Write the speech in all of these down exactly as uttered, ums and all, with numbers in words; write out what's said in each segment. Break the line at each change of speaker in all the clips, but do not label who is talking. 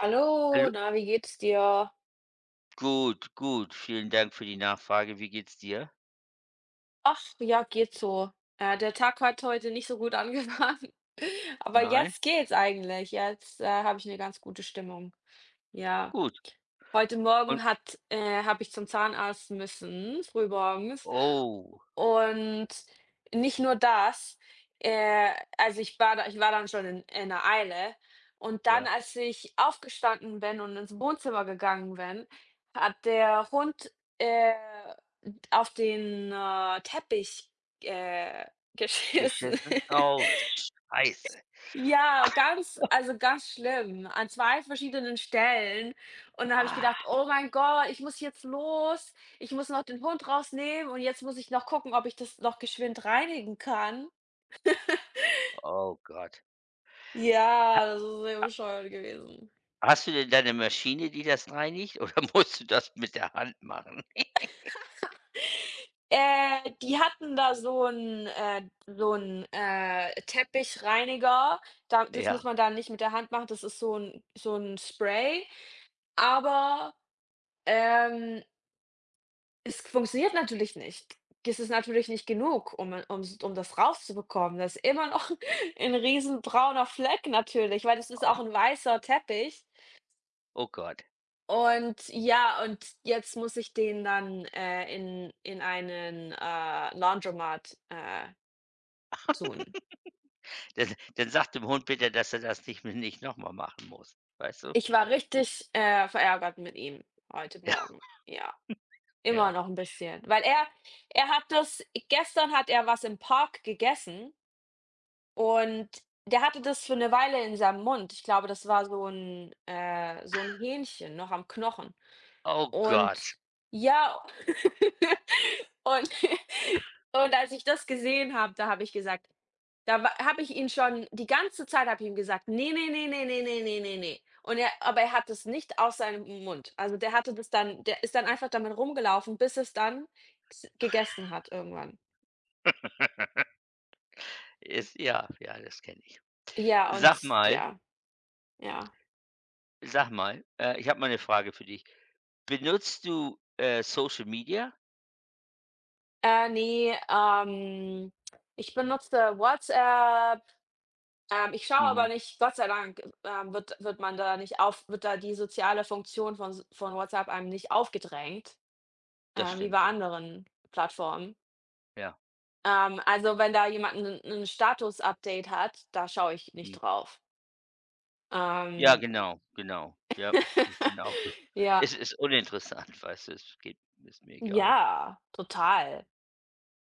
Hallo,
Hallo.
na, wie geht's dir?
Gut, gut. Vielen Dank für die Nachfrage. Wie geht's dir?
Ach, ja, geht so. Äh, der Tag hat heute nicht so gut angefangen, aber
Nein?
jetzt geht's eigentlich. Jetzt, äh, habe ich eine ganz gute Stimmung. Ja.
Gut.
Heute
Und
Morgen hat äh, habe ich zum Zahnarzt müssen, frühmorgens.
oh,
Und nicht nur das, äh, also ich war da ich war dann schon in in 'ner Eile. Und dann,
ja,
als ich aufgestanden bin und ins Wohnzimmer gegangen bin, hat der Hund, äh, auf den, äh, Teppich, äh, geschissen.
geschissen? Oh, scheiße.
Ja, ganz also, ganz schlimm, an zwei verschiedenen Stellen. Und dann habe ich
Ah,
gedacht: „Oh mein Gott, ich muss jetzt los. Ich muss noch den Hund rausnehmen und jetzt muss ich noch gucken, ob ich das noch geschwind reinigen kann.“
oh Gott.
Ja, das ist sehr bescheuert gewesen.
Hast du denn deine Maschine, die das reinigt oder musst du das mit der Hand machen?
Äh, die hatten da so 'n äh, so 'n, äh, Teppichreiniger. Da das
Ja,
muss man dann nicht mit der Hand machen, das ist so 'n so 'n Spray. Aber, ähm es funktioniert natürlich nicht. Es ist natürlich nicht genug, um um um das rauszubekommen. Das ist immer noch ein riesen brauner Fleck natürlich, weil das ist
oh
auch ein weißer Teppich.
oh Gott.
Und ja, und jetzt muss ich den dann, äh, in in einen, äh, Laundromat, äh, tun.
Dann dann sag dem Hund bitte, dass er das nicht nicht noch mal machen muss, weißt du?
Ich war richtig, äh, verärgert mit ihm heute
Ja,
Morgen. Ja,
ja.
immer noch ein bisschen, weil er er hat das gestern hat er was im Park gegessen. Und der hatte das für eine Weile in seinem Mund. Ich glaube, das war so ein äh, so ein Hähnchen noch am Knochen.
Oh Gott.
Und ja, und und als ich das gesehen habe, da habe ich gesagt da habe ich ihn schon die ganze Zeit habe ich ihm gesagt: „Ne, nee nee nee nee nee nee nee nee. ne“ Und er aber er hat es nicht aus seinem Mund. Also, der hatte das dann der ist dann einfach damit rumgelaufen, bis es dann s gegessen hat irgendwann.
Ist ja, ja, das kenne ich.
Ja, und
Sag mal
ja, ja.
sag mal, äh, ich habe mal eine Frage für dich. Benutzt du, äh, Social Media?
Äh, ne, ähm, ich benutze WhatsApp. Ähm, ich schaue aber
Mhm,
nicht Gott sei Dank, ähm, wird wird man da nicht auf wird da die soziale Funktion von s von WhatsApp einem nicht aufgedrängt,
das
ähm, wie bei
stimmt, ja.
anderen Plattformen.
Ja.
Ähm, also, wenn da jemand 'nen 'nen Status-Update hat, da schaue ich nicht
Mhm.
drauf.
Ja,
Ähm,
genau, genau. Ja, ich bin auch so.
ja.
Es ist uninteressant, weißt du, es geht ist mir egal.
Ja, total.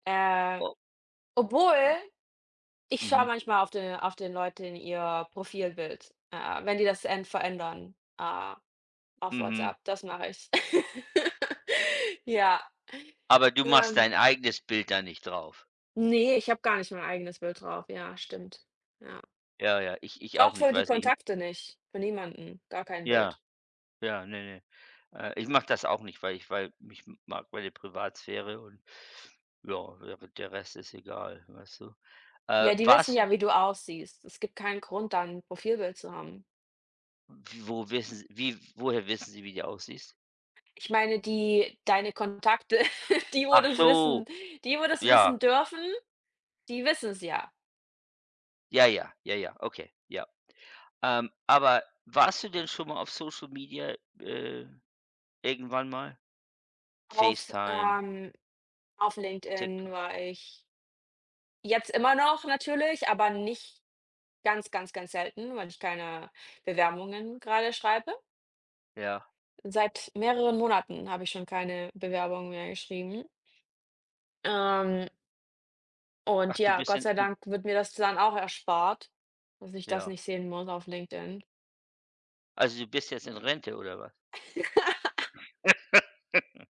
Äh,
Oh,
obwohl, ich
mhm,
schaue manchmal auf den auf den Leuten ihr Profilbild, äh, wenn die das en verändern, äh, auf
mhm.
WhatsApp. Das mache ich. Ja,
Aber du machst
ähm,
dein eigenes Bild da nicht drauf.
ne, ich habe gar nicht mein eigenes Bild drauf. Ja, stimmt. Ja.
Ja, ja, ich ich auch
Auch
nicht,
für die
weißt du, ich
Kontakte nicht, für niemanden, gar kein
ja,
Bild.
ja, ne, ne. Äh, ich mache das auch nicht, weil ich weil mich m- mag meine Privatsphäre und ja, der der Rest ist egal, weißt du? Äh,
Ja, die wissen
warst du
ja, wie du aussiehst. Es gibt keinen Grund, dann 'n Profilbild zu haben.
wo wissen Sie wie woher wissen Sie, wie du aussiehst?
Ich meine, die deine Kontakte, die, wo
Ach
das wissen
so,
die, wo das
ja,
wissen dürfen, die wissen es ja.
ja, ja, ja, ja, okay, ja. Ähm, aber warst du denn schon mal auf Social Media, äh, irgendwann mal?
Auf,
FaceTime,
ähm Auf LinkedIn
TikTok,
war ich jetzt immer noch natürlich, aber nicht ganz, ganz, ganz selten, weil ich keine Bewerbungen gerade schreibe.
ja.
Seit mehreren Monaten habe ich schon keine Bewerbung mehr geschrieben. Ähm,
Ach,
und
du
ja,
bist
Gott
in
sei
du
Dank wird mir das dann auch erspart, dass ich das
ja.
nicht sehen muss auf LinkedIn.
Also, du bist jetzt in Rente oder was?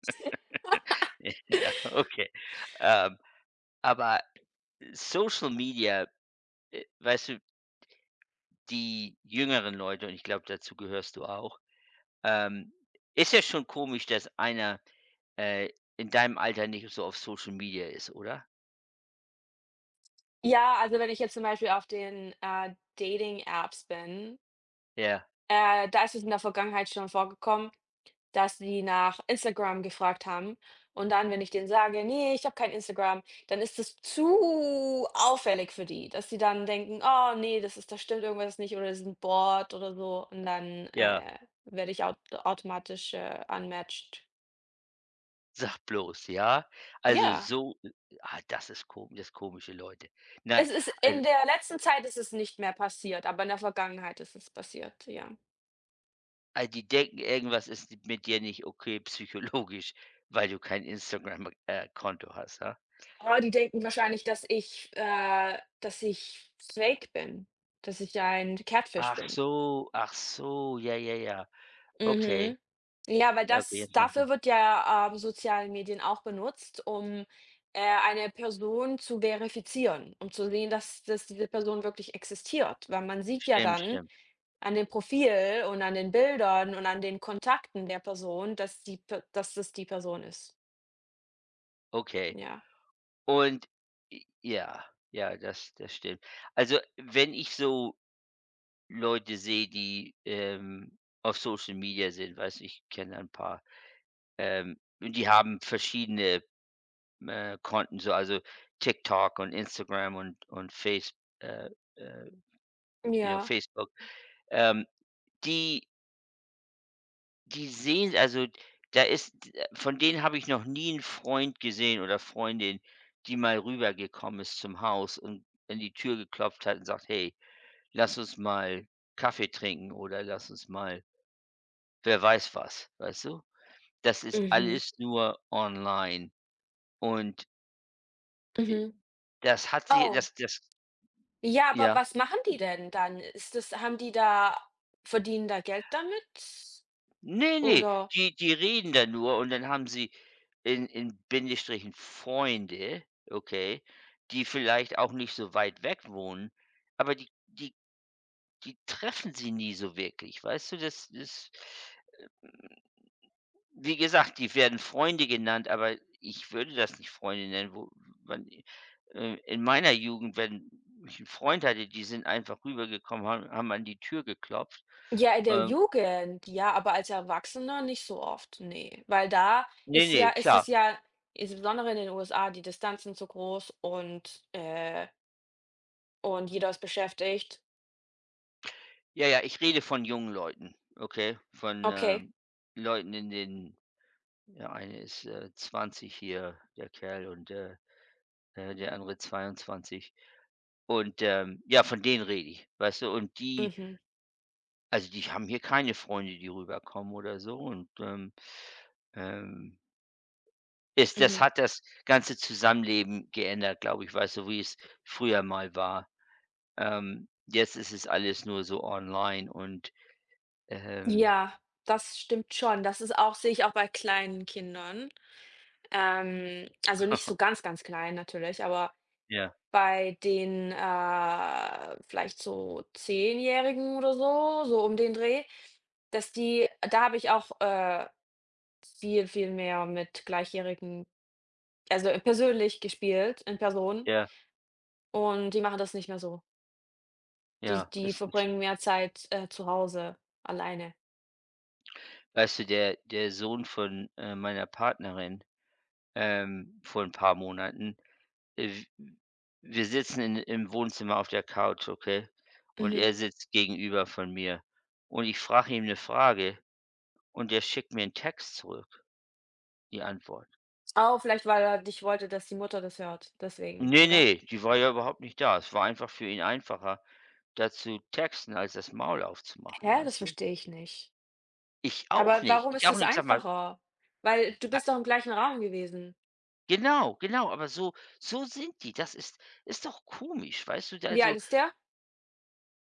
Ja, okay. Ähm, aber Social Media, äh, weißt du, die jüngeren Leute und ich glaube, dazu gehörst du auch, ähm, ist ja schon komisch, dass einer, äh, in deinem Alter nicht so auf Social Media ist, oder?
Ja, also wenn ich jetzt zum Beispiel auf den, äh, Dating-Apps bin,
Ja,
äh, da ist es in der Vergangenheit schon vorgekommen, dass die nach Instagram gefragt haben. Und dann, wenn ich denen sage: „nee, ich habe kein Instagram“, dann ist es zu auffällig für die, dass sie dann denken: „Oh nee, das ist da stimmt irgendwas nicht oder das ist 'n Bot oder so.“ Und dann,
ja.
äh, werde ich aut automatisch, äh, unmatched.
Sag bloß, ja? Also
Ja,
so äh, ah, das ist komisch, das komische Leute. Nein,
es ist
al
in der letzten Zeit ist es nicht mehr passiert, aber in der Vergangenheit ist es passiert, ja.
al die denken, irgendwas ist mit dir nicht okay psychologisch, weil du kein Instagram, äh, Konto hast, ja?
Oh, die denken wahrscheinlich, dass ich äh, dass ich fake bin, dass ich ein Catfish
Ach
bin.
so, ach so, ja, ja, ja. Okay,
Mhm. Ja, weil
ja, okay,
das,
jetzt mal
dafür
Sinn.
wird ja, ähm, soziale Medien auch benutzt, um, äh, eine Person zu verifizieren, um zu sehen, dass dass diese Person wirklich existiert. Weil man sieht ja
Stimmt,
dann
stimmt.
an dem Profil und an den Bildern und an den Kontakten der Person, dass die Pe dass das die Person ist.
Okay.
Ja.
Und j ja, ja, das das stimmt. Also, wenn ich so Leute sehe, die, ähm, auf Social Media sind, weiß ich kenne ein paar. Ähm, und die haben verschiedene, äh, Konten, so also TikTok und Instagram und und Face äh, äh, you know,
Ja.
Facebook. Ähm, die die sehen also, da ist äh, von denen habe ich noch nie 'n Freund gesehen oder Freundin, die mal rübergekommen ist zum Haus und an die Tür geklopft hat und sagt: „Hey, lass uns mal Kaffee trinken oder lass uns mal wer weiß was", weißt du? Das ist
Mhm,
alles nur online. Und
mhm.
das hat sie
Oh,
das das
ja, aber
Ja.
was machen die denn dann? Ist das haben die da verdienen da Geld damit?
Nee, nee,
Oder?
die die reden da nur und dann haben sie in in Bindestrichen Freunde, okay, die vielleicht auch nicht so weit weg wohnen, aber die die die treffen sie nie so wirklich, weißt du? Das das wie gesagt, die werden Freunde genannt, aber ich würde das nicht Freunde nennen, wo man äh, in meiner Jugend, wenn ich einen Freund hatte, die sind einfach rübergekommen, haben haben an die Tür geklopft.
Ja, in der
Ähm,
Jugend, ja, aber als Erwachsener nicht so oft, ne. Weil da
ne,
ist
ne,
ja ist
klar.
es ja insbesondere in den U S A, die Distanzen zu groß und, äh und jeder ist beschäftigt.
Ja, ja, ich rede von jungen Leuten, okay? Von,
Okay.
ähm, Leuten in den der eine ist, äh, zwanzig hier, der Kerl, und, äh, äh, der andere zweiundzwanzig. Und, ähm, ja, von denen rede ich, weißt du? Und die
Mhm,
also, die haben hier keine Freunde, die rüberkommen oder so und, ähm, ähm, ist das
mhm.
hat das ganze Zusammenleben geändert, glaube ich, weißt du, wie es früher mal war. Ähm, jetzt ist es alles nur so online und, ähm
Ja, das stimmt schon. Das ist auch sehe ich auch bei kleinen Kindern. Ähm, also nicht so ganz, ganz klein natürlich, aber
ja,
bei den, äh, vielleicht so Zehnjährigen oder so, so um den Dreh, dass die da habe ich auch, äh viel, viel mehr mit Gleichjährigen also persönlich gespielt, in Person,
ja.
und die machen das nicht mehr so. Die
Ja,
die
es ist
verbringen mehr Zeit, äh, zu Hause alleine.
weißt du, der der Sohn von, äh, meiner Partnerin, ähm, vor ein paar Monaten äh, w wir sitzen in im Wohnzimmer auf der Couch, okay? Und
Mhm.
er sitzt gegenüber von mir. Und ich frage ihm eine Frage und der schickt mir einen Text zurück, die Antwort.
Oh, vielleicht weil er nicht wollte, dass die Mutter das hört, deswegen,
Ne,
oder?
ne, die war ja überhaupt nicht da. Es war einfach für ihn einfacher, dazu texten, als das Maul aufzumachen,
Hä? Das
weißt du?
verstehe ich nicht.
Ich auch
Aber
nicht.
warum
Ich
ist
auch
das
nicht. Sag mal,
einfacher? Weil du bist doch im gleichen Raum gewesen.
genau, genau, aber so so sind die. Das ist ist doch komisch, weißt du?
Wie alt
Also,
ist der?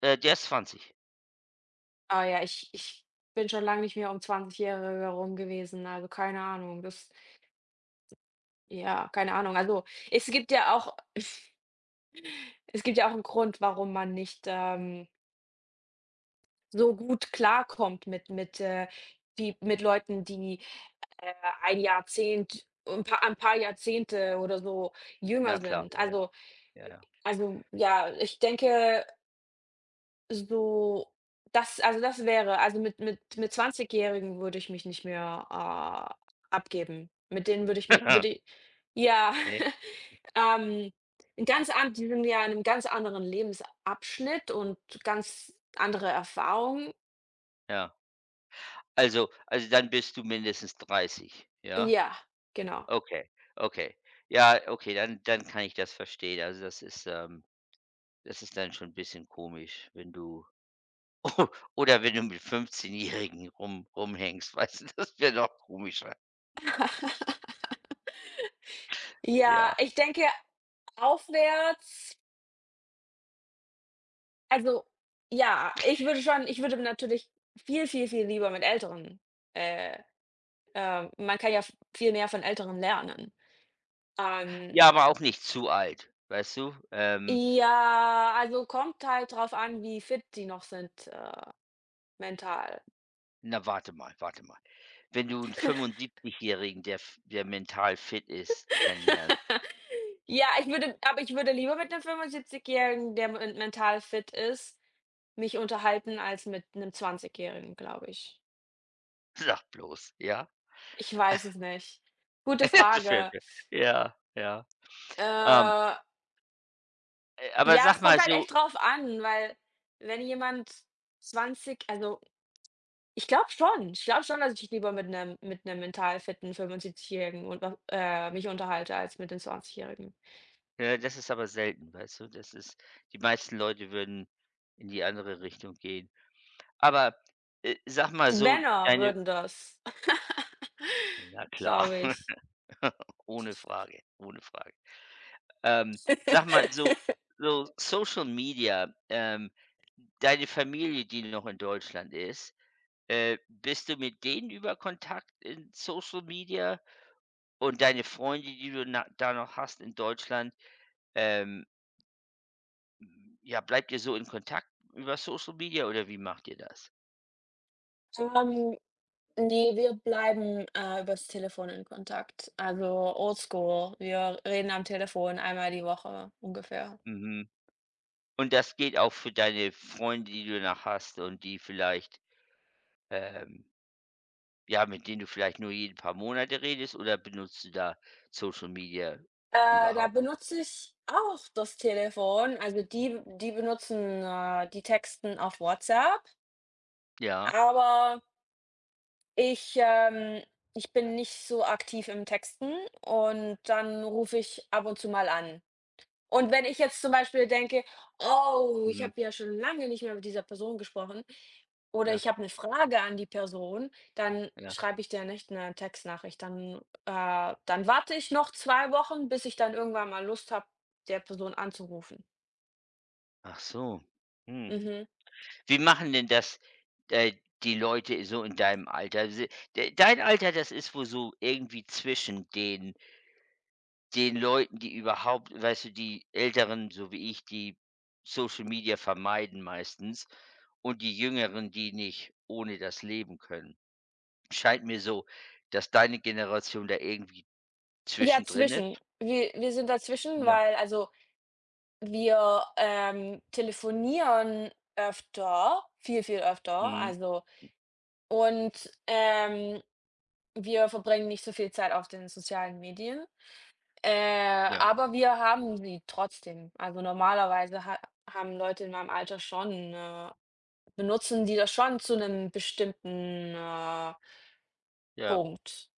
äh, der ist zwanzig.
Ah ja, ich ich bin schon lange nicht mehr um zwanzig Zwanzigjährige rum gewesen, also keine Ahnung. Das ja, keine Ahnung. Also, es gibt ja auch, es gibt ja auch einen Grund, warum man nicht, ähm, so gut klarkommt mit mit, äh, die mit Leuten, die, äh, ein Jahrzehnt, ein paar ein paar Jahrzehnte oder so
Na
jünger
klar,
sind.
ja, ja,
Also
ja, ja.
also, ja, ich denke, so das also, das wäre, also, mit mit mit Zwanzigjährigen würde ich mich nicht mehr, äh, abgeben. Mit denen würde ich mi würde ich ja.
Ne?
Ähm, 'n ganz an die sind ja in 'nem ganz anderen Lebensabschnitt und ganz andere Erfahrungen.
Ja. Also also dann bist du mindestens dreißig, ja?
Ja, genau.
Okay, okay. Ja, okay, dann dann kann ich das verstehen. Also, das ist, ähm das ist dann schon ein bisschen komisch, wenn du oder wenn du mit fünfzehn-Jährigen rum rumhängst, weißt du, das wäre noch komischer.
Ja,
Ja.
ich denke aufwärts, also, ja, ich würde schon ich würde natürlich viel, viel, viel lieber mit Älteren, äh, ähm man kann ja v viel mehr von Älteren lernen. Ähm,
Ja, aber auch nicht zu alt, weißt du? Ähm,
ja, also kommt halt drauf an, wie fit die noch sind, äh, mental.
na, warte mal, warte mal. Wenn du 'n jährigen der f der mental fit ist, kennenlernst,
Ja, ich würde aber ich würde lieber mit einem fünfundsiebzig-Jährigen, der men mental fit ist, mich unterhalten als mit einem zwanzig-Jährigen, glaube ich.
sag bloß, ja?
Ich weiß es nicht. Gute
Das wäre
Frage.
schön. Ja, ja. Ähm,
Äh,
äh, aber
ja,
sag
es
mal
kommt halt
so
echt drauf an, weil wenn jemand zwanzig also, ich glaube schon. Ich glaube schon, dass ich lieber mit einem mit einem mental fitten fünfundsiebzig-Jährigen und äh, mich unterhalte als mit den zwanzig-Jährigen.
ja, das ist aber selten, weißt du? Das ist Die meisten Leute würden in die andere Richtung gehen. Aber, äh, sag mal
Die
so,
Männer
deine
würden das.
na klar,
Glaube ich.
ohne Frage, ohne Frage. Ähm, sag mal so so Social Media, ähm, deine Familie, die noch in Deutschland ist. Äh, bist du mit denen über Kontakt in Social Media? Und deine Freunde, die du na da noch hast in Deutschland, ähm, ja, bleibt ihr so in Kontakt über Social Media oder wie macht ihr das?
Ähm, ne, wir bleiben, äh, übers Telefon in Kontakt. Also oldschool. Wir reden am Telefon einmal die Woche ungefähr.
Mhm. Und das geht auch für deine Freunde, die du noch hast und die vielleicht, ähm ja, mit denen du vielleicht nur jeden paar Monate redest oder benutzt du da Social Media
Äh, da
überhaupt?
benutze ich auch das Telefon. Also die die benutzen, äh die texten auf WhatsApp,
Ja,
aber ich, ähm ich bin nicht so aktiv im Texten und dann rufe ich ab und zu mal an. Und wenn ich jetzt zum Beispiel denke: „Oh, ich
mhm,
habe ja schon lange nicht mehr mit dieser Person gesprochen“, oder
ja,
ich habe 'ne Frage an die Person, dann
ja.
schreibe ich der nicht 'ne Textnachricht. Dann äh, dann warte ich noch zwei Wochen, bis ich dann irgendwann mal Lust habe, der Person anzurufen.
Ach so, mhm.
Mhm.
Wie machen denn das, äh, die Leute so in deinem Alter? Si de dein Alter, das ist wohl so irgendwie zwischen den den Leuten, die überhaupt weißt du, die Älteren, so wie ich, die Social Media vermeiden meistens und die Jüngeren, die nicht ohne das leben können. Scheint mir so, dass deine Generation da irgendwie
Ja,
zwischendrin
zwischen.
ist.
Wir wir sind dazwischen,
Ja.
weil also, wir, ähm, telefonieren öfter, viel, viel öfter,
Mhm.
also und, ähm wir verbringen nicht so viel Zeit auf den sozialen Medien, äh,
Ja.
aber wir haben sie trotzdem. Also, normalerweise ha haben Leute in meinem Alter schon, äh benutzen die das schon zu 'nem bestimmten, äh,
Ja.
Punkt,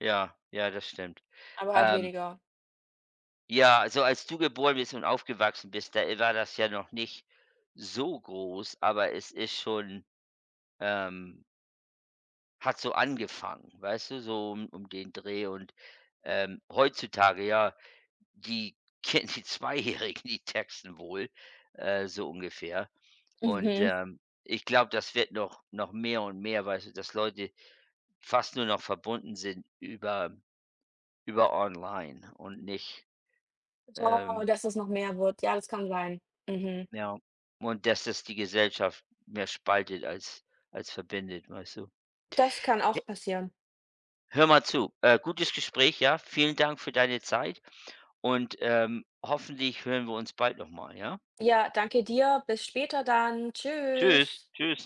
Ja. Ja, das stimmt.
aber halt
Ähm
weniger.
Ja, also als du geboren bist und aufgewachsen bist, da war das ja noch nicht so groß, aber es ist schon ähm, hat so angefangen, weißt du, so um um den Dreh und, ähm, heutzutage, ja, die kennen die Zweijährigen die Texten wohl, äh, so ungefähr. Und,
Mhm.
ähm, ich glaube, das wird noch noch mehr und mehr, weißt du, dass Leute fast nur noch verbunden sind über über online und nicht.
Oh,
ähm,
dass es noch mehr wird. Ja, das kann sein. Mhm.
Ja. Und dass das die Gesellschaft mehr spaltet als als verbindet, weißt du?
Das kann
H
auch passieren.
hör mal zu, äh, gutes Gespräch, ja? Vielen Dank für deine Zeit und, ähm, hoffentlich hören wir uns bald noch mal, ja?
Ja, danke dir. Bis später dann.
Tschüss,
Tschüss.
tschüss.